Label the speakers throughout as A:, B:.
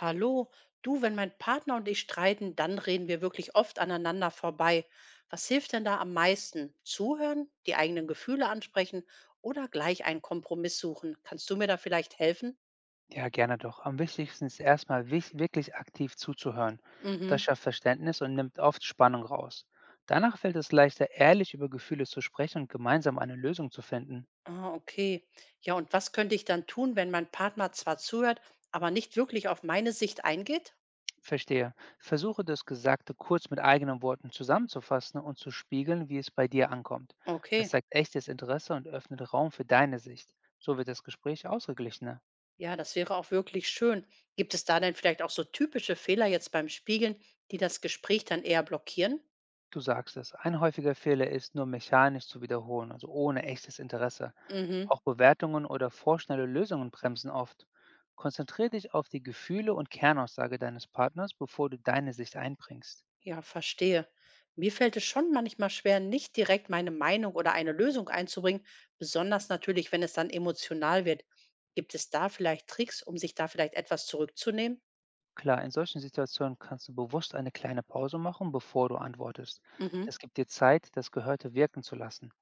A: Hallo, du, wenn mein Partner und ich streiten, dann reden wir wirklich oft aneinander vorbei. Was hilft denn da am meisten? Zuhören, die eigenen Gefühle ansprechen oder gleich einen Kompromiss suchen? Kannst du mir da vielleicht helfen?
B: Ja, gerne doch. Am wichtigsten ist erstmal wirklich aktiv zuzuhören. Das
A: Mhm.
B: schafft Verständnis und nimmt oft Spannung raus. Danach fällt es leichter, ehrlich über Gefühle zu sprechen und gemeinsam eine Lösung zu finden.
A: Ah, okay. Ja, und was könnte ich dann tun, wenn mein Partner zwar zuhört, aber nicht wirklich auf meine Sicht eingeht?
B: Verstehe. Versuche das Gesagte kurz mit eigenen Worten zusammenzufassen und zu spiegeln, wie es bei dir ankommt. Das
A: Okay.
B: zeigt echtes Interesse und öffnet Raum für deine Sicht. So wird das Gespräch ausgeglichener.
A: Ja, das wäre auch wirklich schön. Gibt es da denn vielleicht auch so typische Fehler jetzt beim Spiegeln, die das Gespräch dann eher blockieren?
B: Du sagst es. Ein häufiger Fehler ist, nur mechanisch zu wiederholen, also ohne echtes Interesse.
A: Mhm.
B: Auch Bewertungen oder vorschnelle Lösungen bremsen oft. Konzentriere dich auf die Gefühle und Kernaussage deines Partners, bevor du deine Sicht einbringst.
A: Ja, verstehe. Mir fällt es schon manchmal schwer, nicht direkt meine Meinung oder eine Lösung einzubringen, besonders natürlich, wenn es dann emotional wird. Gibt es da vielleicht Tricks, um sich da vielleicht etwas zurückzunehmen?
B: Klar, in solchen Situationen kannst du bewusst eine kleine Pause machen, bevor du antwortest.
A: Mhm.
B: Es gibt dir Zeit, das Gehörte wirken zu lassen.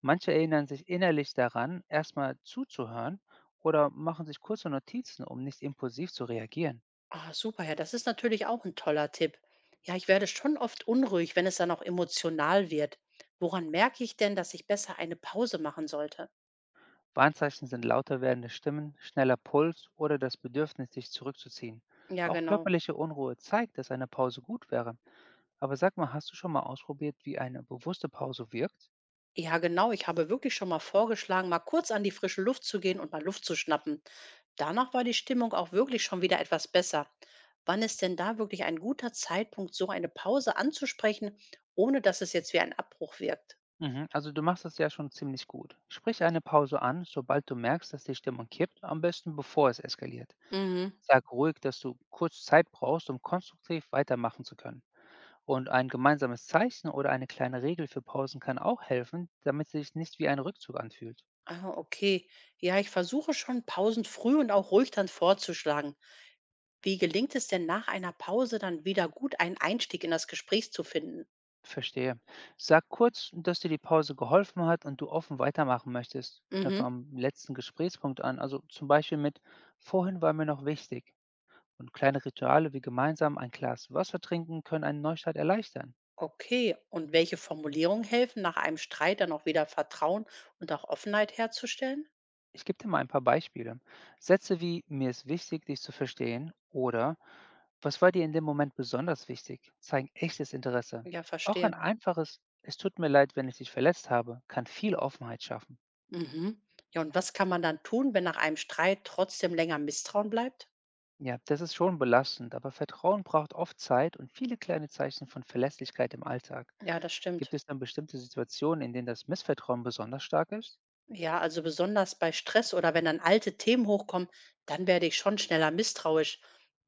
B: Manche erinnern sich innerlich daran, erstmal zuzuhören oder machen sich kurze Notizen, um nicht impulsiv zu reagieren.
A: Ah, super, ja, das ist natürlich auch ein toller Tipp. Ja, ich werde schon oft unruhig, wenn es dann auch emotional wird. Woran merke ich denn, dass ich besser eine Pause machen sollte?
B: Warnzeichen sind lauter werdende Stimmen, schneller Puls oder das Bedürfnis, sich zurückzuziehen.
A: Ja,
B: Auch
A: genau.
B: körperliche Unruhe zeigt, dass eine Pause gut wäre. Aber sag mal, hast du schon mal ausprobiert, wie eine bewusste Pause wirkt?
A: Ja, genau. Ich habe wirklich schon mal vorgeschlagen, mal kurz an die frische Luft zu gehen und mal Luft zu schnappen. Danach war die Stimmung auch wirklich schon wieder etwas besser. Wann ist denn da wirklich ein guter Zeitpunkt, so eine Pause anzusprechen, ohne dass es jetzt wie ein Abbruch wirkt?
B: Mhm, also du machst das ja schon ziemlich gut. Sprich eine Pause an, sobald du merkst, dass die Stimmung kippt, am besten bevor es eskaliert.
A: Mhm.
B: Sag ruhig, dass du kurz Zeit brauchst, um konstruktiv weitermachen zu können. Und ein gemeinsames Zeichen oder eine kleine Regel für Pausen kann auch helfen, damit es sich nicht wie ein Rückzug anfühlt.
A: Ah, okay. Ja, ich versuche schon, Pausen früh und auch ruhig dann vorzuschlagen. Wie gelingt es denn nach einer Pause dann wieder gut, einen Einstieg in das Gespräch zu finden?
B: Verstehe. Sag kurz, dass dir die Pause geholfen hat und du offen weitermachen möchtest. Knüpfe
A: Mhm.
B: am letzten Gesprächspunkt an, also zum Beispiel mit „Vorhin war mir noch wichtig“. Und kleine Rituale wie gemeinsam ein Glas Wasser trinken können einen Neustart erleichtern.
A: Okay, und welche Formulierungen helfen, nach einem Streit dann auch wieder Vertrauen und auch Offenheit herzustellen?
B: Ich gebe dir mal ein paar Beispiele. Sätze wie „Mir ist wichtig, dich zu verstehen“ oder „Was war dir in dem Moment besonders wichtig?“ zeigen echtes Interesse.
A: Ja,
B: Auch
A: verstehe.
B: ein einfaches „Es tut mir leid, wenn ich dich verletzt habe“ kann viel Offenheit schaffen.
A: Mhm. Ja, und was kann man dann tun, wenn nach einem Streit trotzdem länger Misstrauen bleibt?
B: Ja, das ist schon belastend, aber Vertrauen braucht oft Zeit und viele kleine Zeichen von Verlässlichkeit im Alltag.
A: Ja, das stimmt.
B: Gibt es dann bestimmte Situationen, in denen das Missvertrauen besonders stark ist?
A: Ja, also besonders bei Stress oder wenn dann alte Themen hochkommen, dann werde ich schon schneller misstrauisch.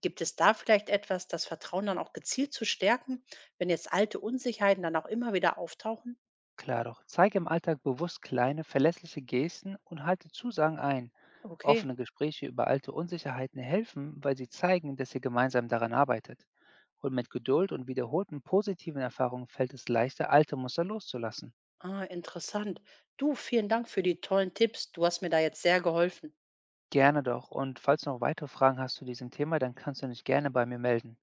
A: Gibt es da vielleicht etwas, das Vertrauen dann auch gezielt zu stärken, wenn jetzt alte Unsicherheiten dann auch immer wieder auftauchen?
B: Klar doch, zeige im Alltag bewusst kleine, verlässliche Gesten und halte Zusagen ein.
A: Okay.
B: Offene Gespräche über alte Unsicherheiten helfen, weil sie zeigen, dass ihr gemeinsam daran arbeitet. Und mit Geduld und wiederholten positiven Erfahrungen fällt es leichter, alte Muster loszulassen.
A: Ah, interessant. Du, vielen Dank für die tollen Tipps. Du hast mir da jetzt sehr geholfen.
B: Gerne doch, und falls du noch weitere Fragen hast zu diesem Thema, dann kannst du dich gerne bei mir melden.